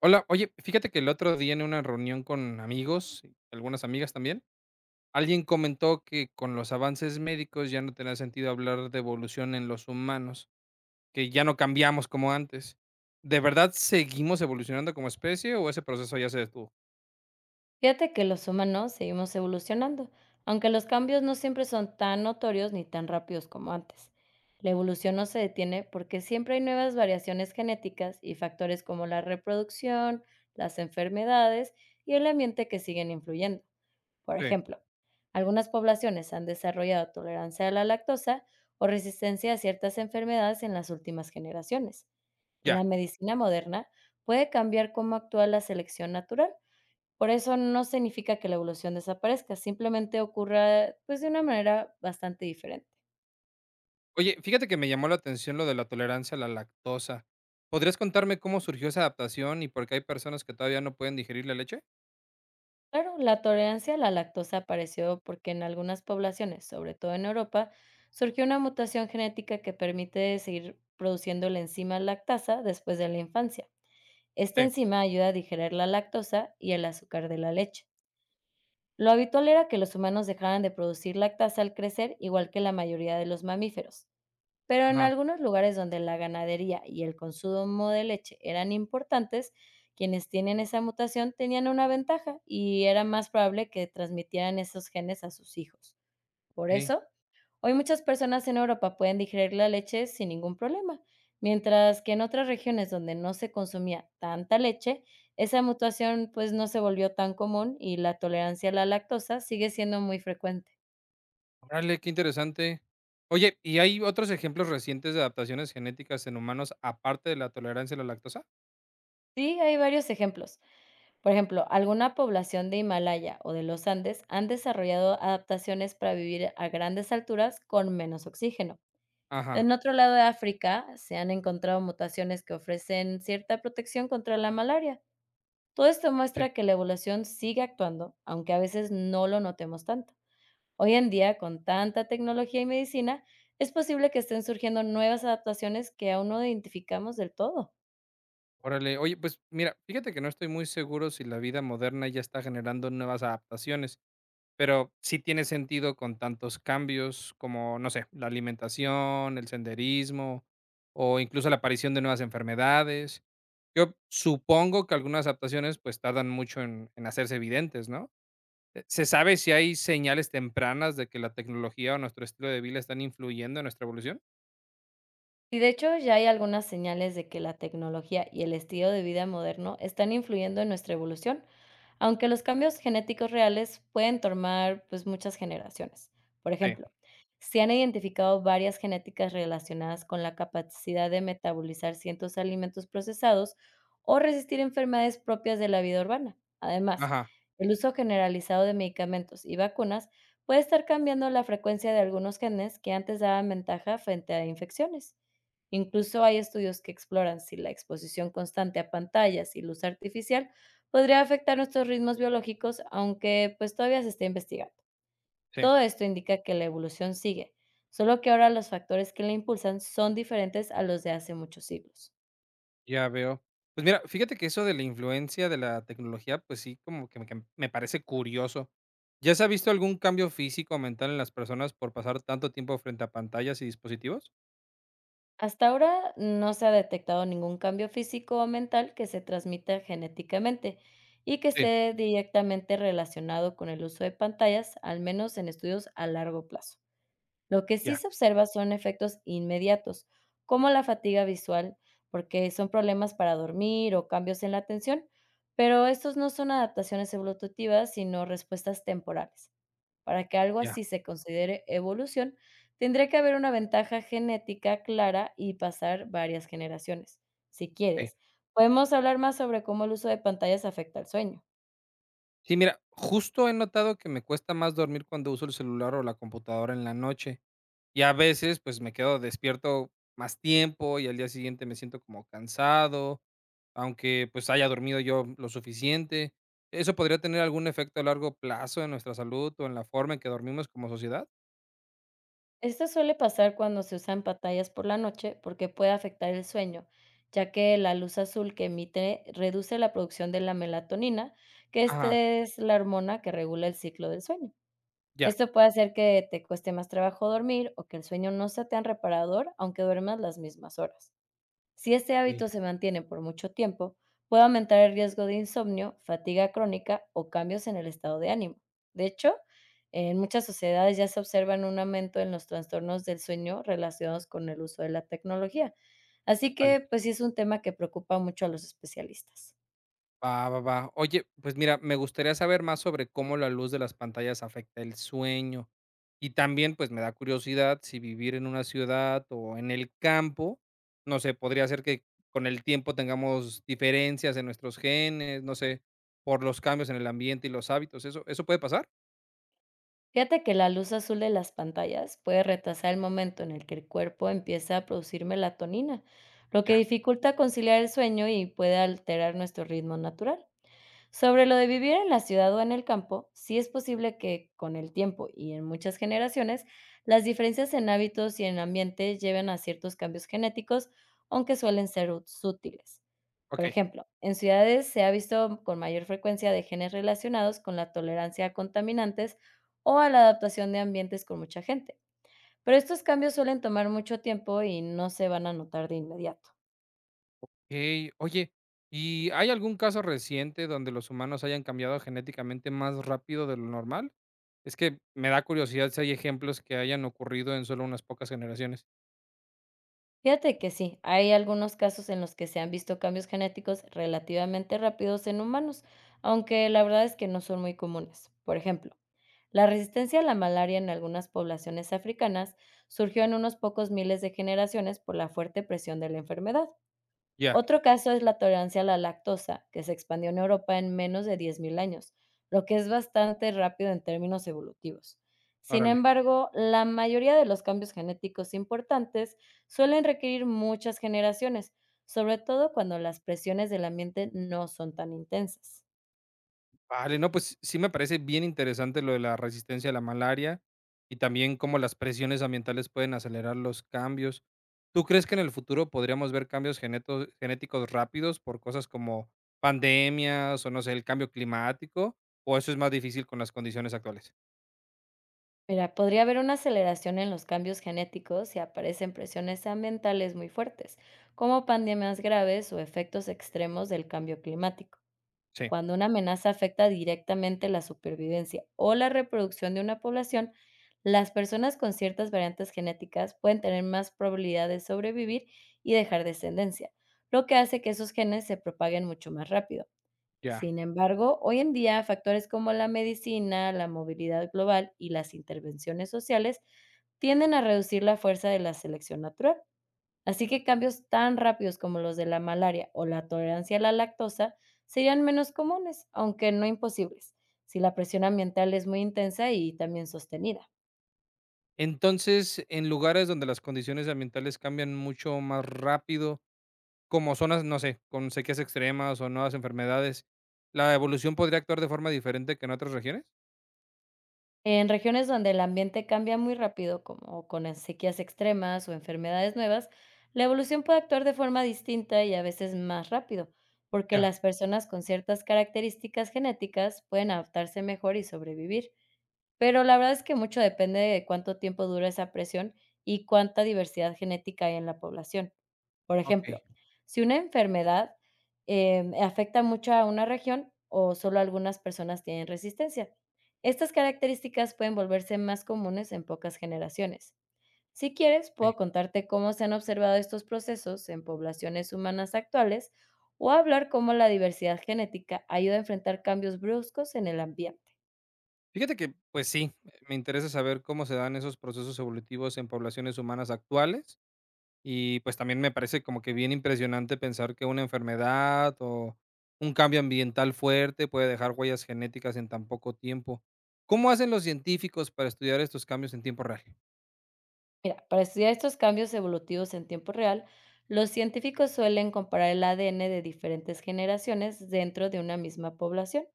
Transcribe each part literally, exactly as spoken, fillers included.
Hola, oye, fíjate que el otro día en una reunión con amigos, y algunas amigas también, alguien comentó que con los avances médicos ya no tenía sentido hablar de evolución en los humanos, que ya no cambiamos como antes. ¿De verdad seguimos evolucionando como especie o ese proceso ya se detuvo? Fíjate que los humanos seguimos evolucionando, aunque los cambios no siempre son tan notorios ni tan rápidos como antes. La evolución no se detiene porque siempre hay nuevas variaciones genéticas y factores como la reproducción, las enfermedades y el ambiente que siguen influyendo. Por Sí. ejemplo, algunas poblaciones han desarrollado tolerancia a la lactosa o resistencia a ciertas enfermedades en las últimas generaciones. Ya. La medicina moderna puede cambiar cómo actúa la selección natural, por eso no significa que la evolución desaparezca, simplemente ocurra, pues, de una manera bastante diferente. Oye, fíjate que me llamó la atención lo de la tolerancia a la lactosa. ¿Podrías contarme cómo surgió esa adaptación y por qué hay personas que todavía no pueden digerir la leche? Claro, la tolerancia a la lactosa apareció porque en algunas poblaciones, sobre todo en Europa, surgió una mutación genética que permite seguir produciendo la enzima lactasa después de la infancia. Esta Sí. enzima ayuda a digerir la lactosa y el azúcar de la leche. Lo habitual era que los humanos dejaran de producir lactasa al crecer, igual que la mayoría de los mamíferos. Pero en Ajá. algunos lugares donde la ganadería y el consumo de leche eran importantes, quienes tienen esa mutación tenían una ventaja y era más probable que transmitieran esos genes a sus hijos. Por Ok. eso, hoy muchas personas en Europa pueden digerir la leche sin ningún problema, mientras que en otras regiones donde no se consumía tanta leche, esa mutación pues no se volvió tan común y la tolerancia a la lactosa sigue siendo muy frecuente. Órale, qué interesante. Oye, ¿y hay otros ejemplos recientes de adaptaciones genéticas en humanos aparte de la tolerancia a la lactosa? Sí, hay varios ejemplos. Por ejemplo, alguna población de Himalaya o de los Andes han desarrollado adaptaciones para vivir a grandes alturas con menos oxígeno. Ajá, En otro lado de África se han encontrado mutaciones que ofrecen cierta protección contra la malaria. Todo esto sí. muestra que la evolución sigue actuando, aunque a veces no lo notemos tanto. Hoy en día, con tanta tecnología y medicina, es posible que estén surgiendo nuevas adaptaciones que aún no identificamos del todo. Órale, oye, pues mira, fíjate que no estoy muy seguro si la vida moderna ya está generando nuevas adaptaciones, pero sí tiene sentido con tantos cambios como, no sé, la alimentación, el senderismo o incluso la aparición de nuevas enfermedades. Yo supongo que algunas adaptaciones pues tardan mucho en, en hacerse evidentes, ¿no? Eh, ¿Se sabe si hay señales tempranas de que la tecnología o nuestro estilo de vida están influyendo en nuestra evolución? Y de hecho, ya hay algunas señales de que la tecnología y el estilo de vida moderno están influyendo en nuestra evolución, aunque los cambios genéticos reales pueden tomar pues muchas generaciones. Por Sí, ejemplo, se han identificado varias genéticas relacionadas con la capacidad de metabolizar ciertos alimentos procesados o resistir enfermedades propias de la vida urbana. Además, ajá, el uso generalizado de medicamentos y vacunas puede estar cambiando la frecuencia de algunos genes que antes daban ventaja frente a infecciones. Incluso hay estudios que exploran si la exposición constante a pantallas y luz artificial podría afectar nuestros ritmos biológicos, aunque pues todavía se está investigando. sí, Todo esto indica que la evolución sigue, solo que ahora los factores que la impulsan son diferentes a los de hace muchos siglos. ya veo. Pues mira, fíjate que eso de la influencia de la tecnología, pues sí, como que me, que me parece curioso. ¿Ya se ha visto algún cambio físico o mental en las personas por pasar tanto tiempo frente a pantallas y dispositivos? Hasta ahora no se ha detectado ningún cambio físico o mental que se transmita genéticamente y que Sí, esté directamente relacionado con el uso de pantallas, al menos en estudios a largo plazo. Lo que sí ya, se observa son efectos inmediatos, como la fatiga visual, porque son problemas para dormir o cambios en la atención, pero estos no son adaptaciones evolutivas, sino respuestas temporales. Para que algo ya, así se considere evolución, tendría que haber una ventaja genética clara y pasar varias generaciones. Si sí. quieres, podemos hablar más sobre cómo el uso de pantallas afecta al sueño. Sí, mira, justo he notado que me cuesta más dormir cuando uso el celular o la computadora en la noche. Y a veces, pues, me quedo despierto más tiempo y al día siguiente me siento como cansado, aunque, pues, haya dormido yo lo suficiente. ¿Eso podría tener algún efecto a largo plazo en nuestra salud o en la forma en que dormimos como sociedad? Esto suele pasar cuando se usan pantallas por la noche, porque puede afectar el sueño, ya que la luz azul que emite reduce la producción de la melatonina, que esta Ajá, es la hormona que regula el ciclo del sueño. ya, Esto puede hacer que te cueste más trabajo dormir o que el sueño no sea tan reparador aunque duermas las mismas horas. Si este ey, hábito se mantiene por mucho tiempo, puede aumentar el riesgo de insomnio, fatiga crónica o cambios en el estado de ánimo. De hecho, en muchas sociedades ya se observan un aumento en los trastornos del sueño relacionados con el uso de la tecnología. Así vale. que, pues sí, es un tema que preocupa mucho a los especialistas. Va, va, va. Oye, pues mira, me gustaría saber más sobre cómo la luz de las pantallas afecta el sueño. Y también, pues me da curiosidad si vivir en una ciudad o en el campo, no sé, podría ser que con el tiempo tengamos diferencias en nuestros genes, no sé, por los cambios en el ambiente y los hábitos. ¿Eso, eso puede pasar? Fíjate que la luz azul de las pantallas puede retrasar el momento en el que el cuerpo empieza a producir melatonina, lo que Ya, dificulta conciliar el sueño y puede alterar nuestro ritmo natural. Sobre lo de vivir en la ciudad o en el campo, sí es posible que con el tiempo y en muchas generaciones, las diferencias en hábitos y en ambiente lleven a ciertos cambios genéticos, aunque suelen ser ut- sutiles. Por ok. ejemplo, en ciudades se ha visto con mayor frecuencia de genes relacionados con la tolerancia a contaminantes o a la adaptación de ambientes con mucha gente. Pero estos cambios suelen tomar mucho tiempo y no se van a notar de inmediato. Okey. Oye, ¿y hay algún caso reciente donde los humanos hayan cambiado genéticamente más rápido de lo normal? Es que me da curiosidad si hay ejemplos que hayan ocurrido en solo unas pocas generaciones. Fíjate que sí, hay algunos casos en los que se han visto cambios genéticos relativamente rápidos en humanos, aunque la verdad es que no son muy comunes. Por ejemplo, la resistencia a la malaria en algunas poblaciones africanas surgió en unos pocos miles de generaciones por la fuerte presión de la enfermedad. Ya. Otro caso es la tolerancia a la lactosa, que se expandió en Europa en menos de diez mil años, lo que es bastante rápido en términos evolutivos. Sin Órale. embargo, la mayoría de los cambios genéticos importantes suelen requerir muchas generaciones, sobre todo cuando las presiones del ambiente no son tan intensas. Vale, no, pues sí me parece bien interesante lo de la resistencia a la malaria y también cómo las presiones ambientales pueden acelerar los cambios. ¿Tú crees que en el futuro podríamos ver cambios geneto genéticos rápidos por cosas como pandemias o, no sé, el cambio climático? ¿O eso es más difícil con las condiciones actuales? Mira, podría haber una aceleración en los cambios genéticos si aparecen presiones ambientales muy fuertes, como pandemias graves o efectos extremos del cambio climático. Sí, Cuando una amenaza afecta directamente la supervivencia o la reproducción de una población, las personas con ciertas variantes genéticas pueden tener más probabilidad de sobrevivir y dejar descendencia, lo que hace que esos genes se propaguen mucho más rápido. ya. Sin embargo, hoy en día factores como la medicina, la movilidad global y las intervenciones sociales tienden a reducir la fuerza de la selección natural. Así que cambios tan rápidos como los de la malaria o la tolerancia a la lactosa serían menos comunes, aunque no imposibles, si la presión ambiental es muy intensa y también sostenida. Entonces, en lugares donde las condiciones ambientales cambian mucho más rápido, como zonas, no sé, con sequías extremas o nuevas enfermedades, ¿la evolución podría actuar de forma diferente que en otras regiones? En regiones donde el ambiente cambia muy rápido, como con las sequías extremas o enfermedades nuevas, la evolución puede actuar de forma distinta y a veces más rápido, porque Ya, las personas con ciertas características genéticas pueden adaptarse mejor y sobrevivir. Pero la verdad es que mucho depende de cuánto tiempo dura esa presión y cuánta diversidad genética hay en la población. Por ok, ejemplo, si una enfermedad, em, afecta mucho a una región o solo algunas personas tienen resistencia. Estas características pueden volverse más comunes en pocas generaciones. Si quieres, ok. puedo contarte cómo se han observado estos procesos en poblaciones humanas actuales o hablar cómo la diversidad genética ayuda a enfrentar cambios bruscos en el ambiente. Fíjate que, pues sí, me interesa saber cómo se dan esos procesos evolutivos en poblaciones humanas actuales. Y pues también me parece como que bien impresionante pensar que una enfermedad o un cambio ambiental fuerte puede dejar huellas genéticas en tan poco tiempo. ¿Cómo hacen los científicos para estudiar estos cambios en tiempo real? Mira, para estudiar estos cambios evolutivos en tiempo real, los científicos suelen comparar el A D N de diferentes generaciones dentro de una misma población,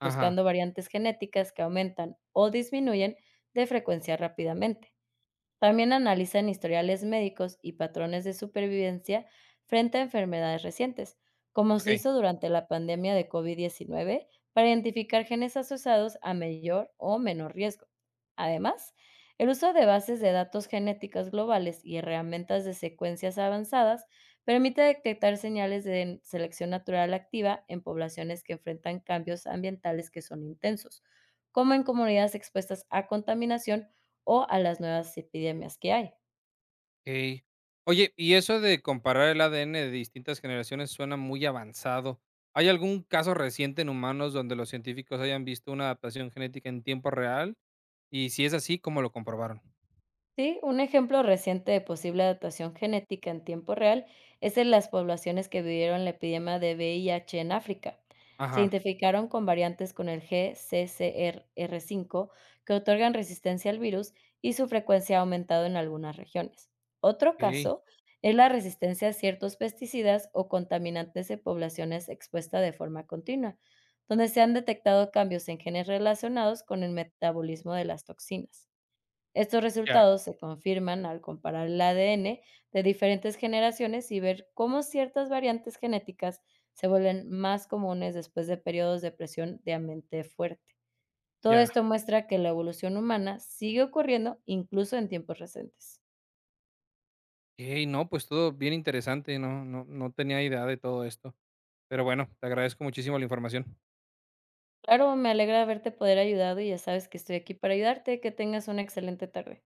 Ajá, buscando variantes genéticas que aumentan o disminuyen de frecuencia rápidamente. También analizan historiales médicos y patrones de supervivencia frente a enfermedades recientes, como se ok. hizo durante la pandemia de COVID diecinueve, para identificar genes asociados a mayor o menor riesgo. Además, el uso de bases de datos genéticas globales y herramientas de secuencias avanzadas permite detectar señales de selección natural activa en poblaciones que enfrentan cambios ambientales que son intensos, como en comunidades expuestas a contaminación o a las nuevas epidemias que hay. Ok. Oye, y eso de comparar el A D N de distintas generaciones suena muy avanzado. ¿Hay algún caso reciente en humanos donde los científicos hayan visto una adaptación genética en tiempo real? Y si es así, ¿cómo lo comprobaron? Sí, un ejemplo reciente de posible adaptación genética en tiempo real es en las poblaciones que vivieron la epidemia de V I H en África. Se Ajá, identificaron con variantes con el G C C R cinco que otorgan resistencia al virus y su frecuencia ha aumentado en algunas regiones. Otro ok, caso es la resistencia a ciertos pesticidas o contaminantes en poblaciones expuestas de forma continua, donde se han detectado cambios en genes relacionados con el metabolismo de las toxinas. Estos ya, resultados se confirman al comparar el A D N de diferentes generaciones y ver cómo ciertas variantes genéticas se vuelven más comunes después de periodos de presión de ambiente fuerte. Todo ya. esto muestra que la evolución humana sigue ocurriendo incluso en tiempos recientes. Ey, no, pues todo bien interesante, no, no, no tenía idea de todo esto. Pero bueno, te agradezco muchísimo la información. Claro, me alegra haberte poder ayudado y ya sabes que estoy aquí para ayudarte. Que tengas una excelente tarde.